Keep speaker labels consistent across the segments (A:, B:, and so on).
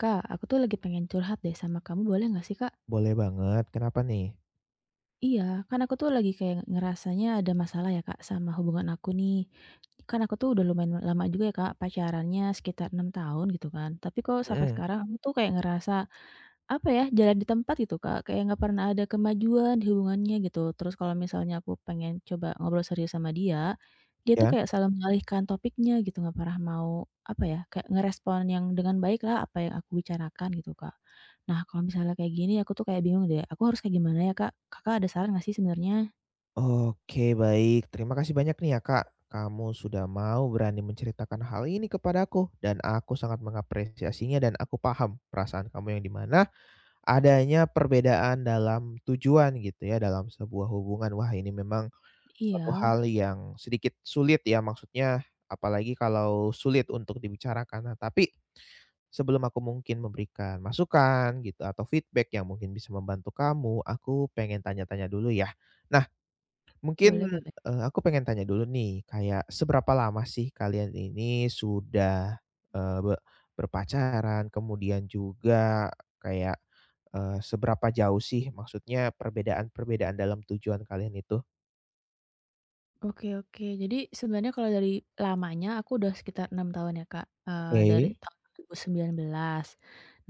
A: Kak, aku tuh lagi pengen curhat deh sama kamu, boleh nggak sih, Kak?
B: Boleh banget, kenapa nih?
A: Iya, kan aku tuh lagi kayak ngerasanya ada masalah ya, Kak, sama hubungan aku nih. Kan aku tuh udah lumayan lama juga ya, Kak, pacarannya sekitar 6 tahun gitu kan. Tapi kok sampai
B: Mhm,
A: sekarang aku tuh kayak ngerasa apa ya, jalan di tempat gitu, Kak, kayak nggak pernah ada kemajuan di hubungannya gitu. Terus kalau misalnya aku pengen coba ngobrol serius sama dia, dia tuh
B: iya?
A: kayak selalu mengalihkan topiknya gitu, nggak pernah mau, apa ya, kayak ngerespon yang dengan baik lah apa yang aku bicarakan gitu, Kak. Nah, kalau misalnya kayak gini aku tuh kayak bingung deh, aku harus kayak gimana ya, Kak? Kakak ada saran nggak sih sebenarnya?
B: Oke, baik. Terima kasih banyak nih ya, Kak. Kamu sudah mau berani menceritakan hal ini kepadaku dan aku sangat mengapresiasinya dan aku paham perasaan kamu yang di mana adanya perbedaan dalam tujuan gitu ya, dalam sebuah hubungan. Wah, ini memang suatu
A: Iya,
B: hal yang sedikit sulit ya, maksudnya apalagi kalau sulit untuk dibicarakan. Nah, tapi sebelum aku mungkin memberikan masukan gitu atau feedback yang mungkin bisa membantu kamu, aku pengen tanya-tanya dulu ya. Nah, mungkin,
A: boleh boleh.
B: aku pengen tanya dulu nih, kayak seberapa lama sih kalian ini sudah, eee, be berpacaran? Kemudian juga kayak, seberapa jauh sih maksudnya perbedaan-perbedaan dalam tujuan kalian itu?
A: Oke oke. Jadi sebenarnya kalau dari lamanya aku udah sekitar 6 tahun ya, Kak,
B: Oke.
A: dari tahun 2019.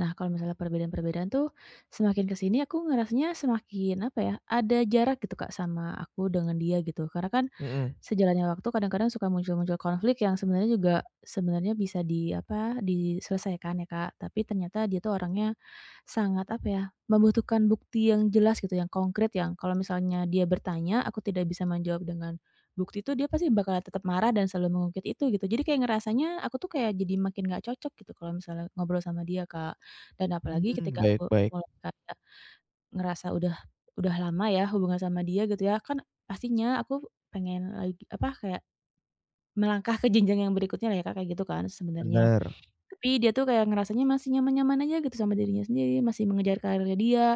A: Nah, kalau misalnya perbedaan-perbedaan tuh semakin ke sini aku ngerasanya semakin, apa ya, ada jarak gitu, Kak, sama aku dengan dia gitu. Karena kan
B: Mhm.
A: sejalannya waktu kadang-kadang suka muncul-muncul konflik yang sebenarnya juga sebenarnya bisa di, apa, diselesaikan ya, Kak, tapi ternyata dia tuh orangnya sangat, apa ya, membutuhkan bukti yang jelas gitu, yang konkret, yang kalau misalnya dia bertanya aku tidak bisa menjawab dengan bukti itu, dia pasti bakal tetap marah dan selalu mengungkit itu gitu. Jadi kayak ngerasanya aku tuh kayak jadi makin nggak cocok gitu kalau misalnya ngobrol sama dia, Kak. Dan apalagi
B: Mmm,
A: ketika
B: baik
A: aku
B: baik.
A: mulai kayak ngerasa udah lama ya hubungan sama dia gitu ya, kan pastinya aku pengen lagi apa, kayak melangkah ke jenjang yang berikutnya lah ya, Kak, kayak gitu kan sebenarnya.
B: Benar.
A: Tapi dia tuh kayak ngerasanya masih nyaman-nyaman aja gitu sama dirinya sendiri, masih mengejar karirnya dia,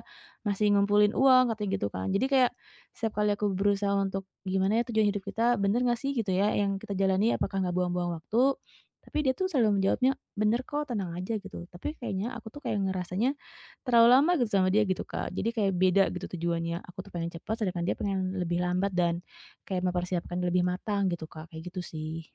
A: masih ngumpulin uang katanya gitu kan. Jadi kayak setiap kali aku berusaha untuk, "Gimana ya tujuan hidup kita, bener nggak sih gitu ya yang kita jalani, apakah nggak buang-buang waktu?" Tapi dia tuh selalu menjawabnya, "Bener kok, tenang aja," gitu. Tapi kayaknya aku tuh kayak ngerasanya terlalu lama gitu sama dia gitu, Kak. Jadi kayak beda gitu tujuannya. Aku tuh pengen cepat, sedangkan dia pengen lebih lambat dan kayak mempersiapkan lebih matang gitu, Kak, kayak gitu sih.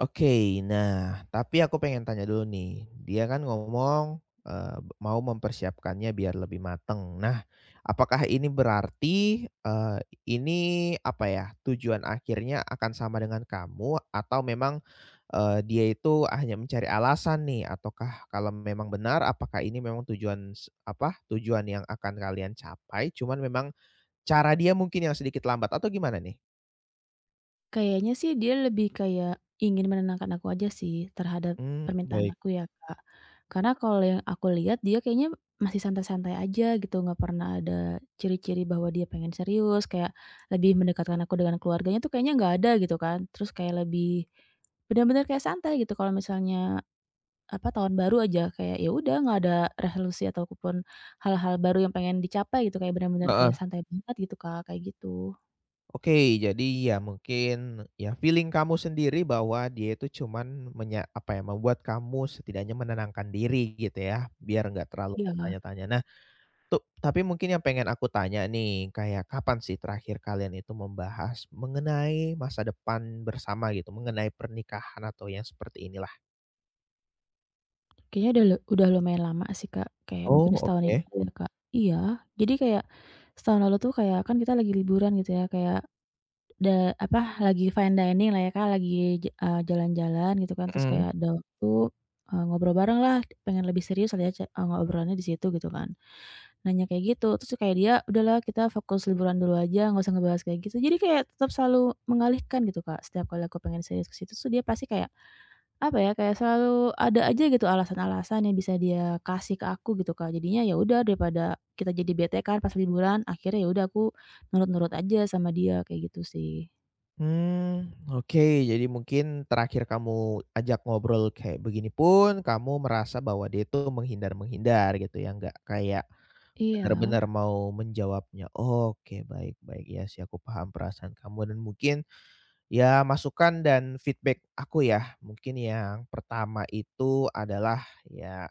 B: Oke, nah tapi aku pengen tanya dulu nih, dia kan ngomong, mau mempersiapkannya biar lebih mateng. Nah, apakah ini berarti, ini apa ya, tujuan akhirnya akan sama dengan kamu atau memang, dia itu hanya mencari alasan nih? Ataukah kalau memang benar, apakah ini memang tujuan yang akan kalian capai, cuman memang cara dia mungkin yang sedikit lambat atau gimana nih?
A: Kayaknya sih dia lebih kayak ingin menenangkan aku aja sih terhadap
B: Hmm,
A: permintaan
B: baik.
A: aku ya, Kak. Karena kalau yang aku lihat dia kayaknya masih santai-santai aja gitu, nggak pernah ada ciri-ciri bahwa dia pengen serius, kayak lebih mendekatkan aku dengan keluarganya tuh kayaknya nggak ada gitu kan. Terus kayak lebih benar-benar kayak santai gitu kalau misalnya, apa, tahun baru aja kayak ya udah nggak ada resolusi ataupun hal-hal baru yang pengen dicapai gitu, kayak benar-benar kayak santai banget gitu, Kak, kayak gitu.
B: Oke, jadi ya mungkin ya feeling kamu sendiri bahwa dia itu cuman apa ya, membuat kamu setidaknya menenangkan diri gitu ya, biar nggak terlalu
A: Iya.
B: bertanya-tanya. Nah, tuh tapi mungkin yang pengen aku tanya nih, kayak kapan sih terakhir kalian itu membahas mengenai masa depan bersama gitu, mengenai pernikahan atau yang seperti inilah?
A: Kayaknya udah lumayan lama sih, Kak, kayak
B: Oh,
A: mungkin setahun ini
B: oke.
A: ya, Kak. Iya, jadi kayak setahun lalu tuh kayak kan kita lagi liburan gitu ya, kayak lagi fine dining lah ya, Kak, jalan-jalan gitu kan, terus
B: Mhm.
A: kayak ada waktu, ngobrol bareng lah, pengen lebih serius lah ya ngobrolannya di situ gitu kan. Nanya kayak gitu, terus kayak dia, "Udahlah kita fokus liburan dulu aja, nggak usah ngebahas kayak gitu." Jadi kayak tetap selalu mengalihkan gitu, Kak. Setiap kali aku pengen serius ke situ tuh dia pasti kayak apa ya, kayak selalu ada aja gitu alasan-alasan yang bisa dia kasih ke aku gitu, Kak. Jadinya ya udah daripada kita jadi bete kan pas liburan, akhirnya ya udah aku nurut-nurut aja sama dia, kayak gitu sih.
B: Hmm, oke. Jadi mungkin terakhir kamu ajak ngobrol kayak begini pun, kamu merasa bahwa dia itu menghindar-menghindar gitu ya, nggak kayak
A: Iya,
B: benar-benar mau menjawabnya. Oke, baik baik. Ya sih, aku paham perasaan kamu dan mungkin ya, masukan dan feedback aku ya, mungkin yang pertama itu adalah ya,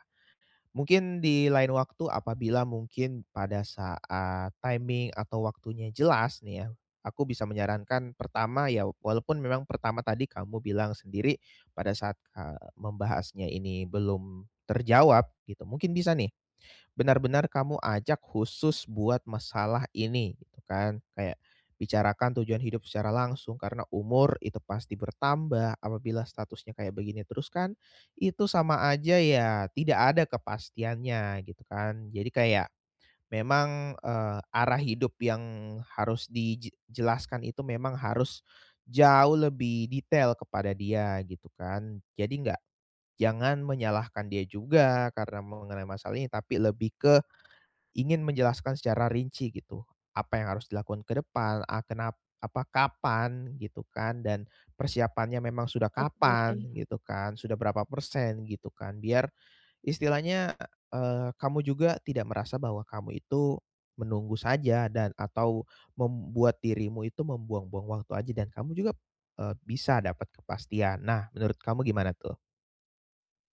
B: mungkin di lain waktu apabila mungkin pada saat timing atau waktunya jelas nih ya, aku bisa menyarankan pertama ya, walaupun memang pertama tadi kamu bilang sendiri pada saat, membahasnya ini belum terjawab gitu, mungkin bisa nih benar-benar kamu ajak khusus buat masalah ini gitu kan. Kayak bicarakan tujuan hidup secara langsung karena umur itu pasti bertambah apabila statusnya kayak begini terus kan, itu sama aja ya tidak ada kepastiannya gitu kan. Jadi kayak memang, arah hidup yang harus dijelaskan itu memang harus jauh lebih detail kepada dia gitu kan. Jadi nggak, jangan menyalahkan dia juga karena mengenai masalah ini, tapi lebih ke ingin menjelaskan secara rinci gitu, apa yang harus dilakukan ke depan, kapan gitu kan, dan persiapannya memang sudah
A: oke.
B: kapan gitu kan, sudah berapa persen gitu kan. Biar istilahnya, kamu juga tidak merasa bahwa kamu itu menunggu saja dan atau membuat dirimu itu membuang-buang waktu aja dan kamu juga, bisa dapat kepastian. Nah, menurut kamu gimana tuh?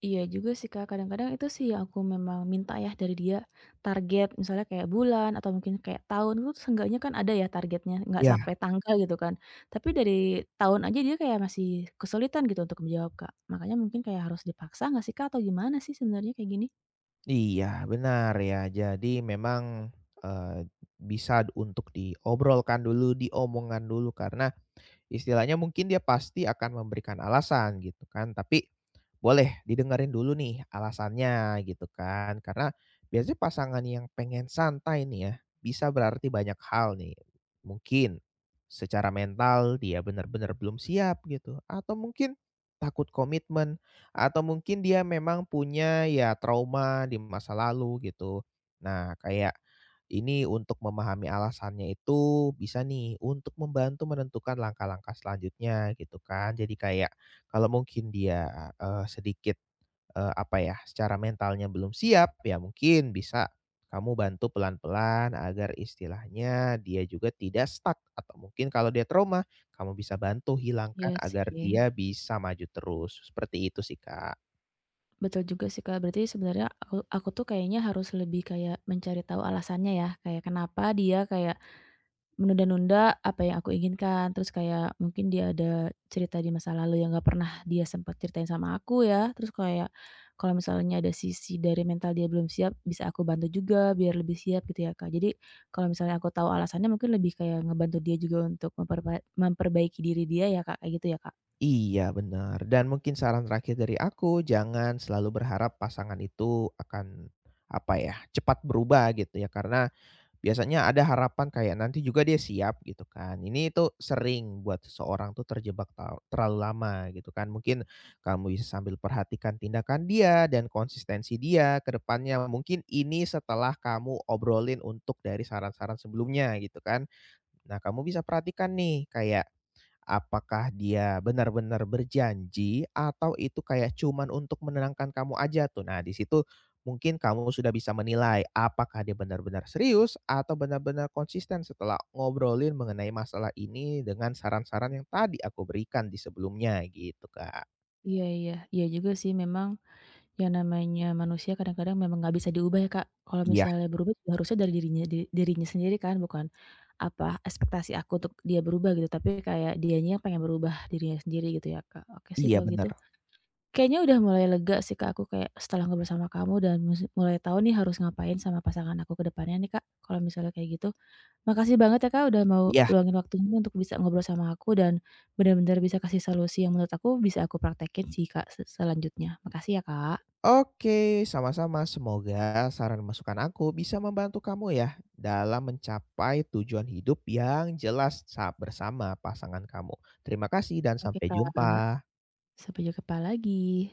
A: Iya juga sih, Kak, kadang-kadang itu sih yang aku memang minta ya dari dia, target misalnya kayak bulan atau mungkin kayak tahun itu seenggaknya kan ada ya targetnya, nggak sampai tanggal gitu kan. Tapi dari tahun aja dia kayak masih kesulitan gitu untuk menjawab, Kak. Makanya mungkin kayak harus dipaksa nggak sih, Kak, atau gimana sih sebenarnya kayak gini?
B: Iya, benar ya. Jadi memang, eee, bisa untuk diobrolkan dulu, diomongan dulu, karena istilahnya mungkin dia pasti akan memberikan alasan gitu kan, tapi boleh didengerin dulu nih alasannya gitu kan, karena biasanya pasangan yang pengen santai nih ya, bisa berarti banyak hal nih. Mungkin secara mental dia benar-benar belum siap gitu, atau mungkin takut komitmen, atau mungkin dia memang punya ya trauma di masa lalu gitu. Nah, kayak ini untuk memahami alasannya itu bisa nih untuk membantu menentukan langkah-langkah selanjutnya gitu kan. Jadi kayak kalau mungkin dia, sedikit, apa ya, secara mentalnya belum siap, ya mungkin bisa kamu bantu pelan-pelan agar istilahnya dia juga tidak stuck atau mungkin kalau dia trauma, kamu bisa bantu hilangkan
A: Iya
B: agar dia
A: sih,
B: bisa maju terus, seperti itu sih, Kak.
A: betul juga sih, Kak. Berarti sebenarnya aku tuh kayaknya harus lebih kayak mencari tahu alasannya ya, kayak kenapa dia kayak menunda-nunda apa yang aku inginkan, terus kayak mungkin dia ada cerita di masa lalu yang gak pernah dia sempat ceritain sama aku ya, terus kayak kalau misalnya ada sisi dari mental dia belum siap, bisa aku bantu juga biar lebih siap gitu ya, Kak. Jadi kalau misalnya aku tahu alasannya mungkin lebih kayak ngebantu dia juga untuk memperbaiki diri dia ya, Kak, kayak gitu ya, Kak?
B: Iya, benar. Dan mungkin saran terakhir dari aku, jangan selalu berharap pasangan itu akan, apa ya, cepat berubah gitu ya, karena biasanya ada harapan kayak nanti juga dia siap gitu kan. Ini itu sering buat seseorang tuh terjebak tau terlalu lama gitu kan. Mungkin kamu bisa sambil perhatikan tindakan dia dan konsistensi dia ke depannya. Mungkin ini setelah kamu obrolin untuk dari saran-saran sebelumnya gitu kan. Nah, kamu bisa perhatikan nih kayak apakah dia benar-benar berjanji atau itu kayak cuman untuk menenangkan kamu aja tuh? Nah, di situ mungkin kamu sudah bisa menilai apakah dia benar-benar serius atau benar-benar konsisten setelah ngobrolin mengenai masalah ini dengan saran-saran yang tadi aku berikan di sebelumnya gitu, Kak.
A: Iya iya, iya juga sih memang ya namanya manusia kadang-kadang memang nggak bisa diubah ya, Kak. Kalau
B: Iya
A: misalnya berubah juga harusnya dari dirinya sendiri kan, bukan apa, ekspektasi aku untuk dia berubah gitu, tapi kayak dianya yang pengen berubah dirinya sendiri gitu ya, Kak. Oke sih
B: iya
A: kalau gitu.
B: benar.
A: Kayaknya udah mulai lega sih, Kak, aku kayak setelah ngobrol sama kamu dan mulai tahu nih harus ngapain sama pasangan aku ke depannya nih, Kak, kalau misalnya kayak gitu. Makasih banget ya, Kak, udah mau
B: Iya.
A: luangin waktunya untuk bisa ngobrol sama aku dan benar-benar bisa kasih solusi yang menurut aku bisa aku praktekin sih, Kak, selanjutnya. Makasih ya, Kak.
B: Oke, sama-sama. Semoga saran masukan aku bisa membantu kamu ya dalam mencapai tujuan hidup yang jelas saat bersama pasangan kamu. Terima kasih dan
A: Oke
B: sampai
A: Kak,
B: jumpa.
A: sampai jumpa lagi.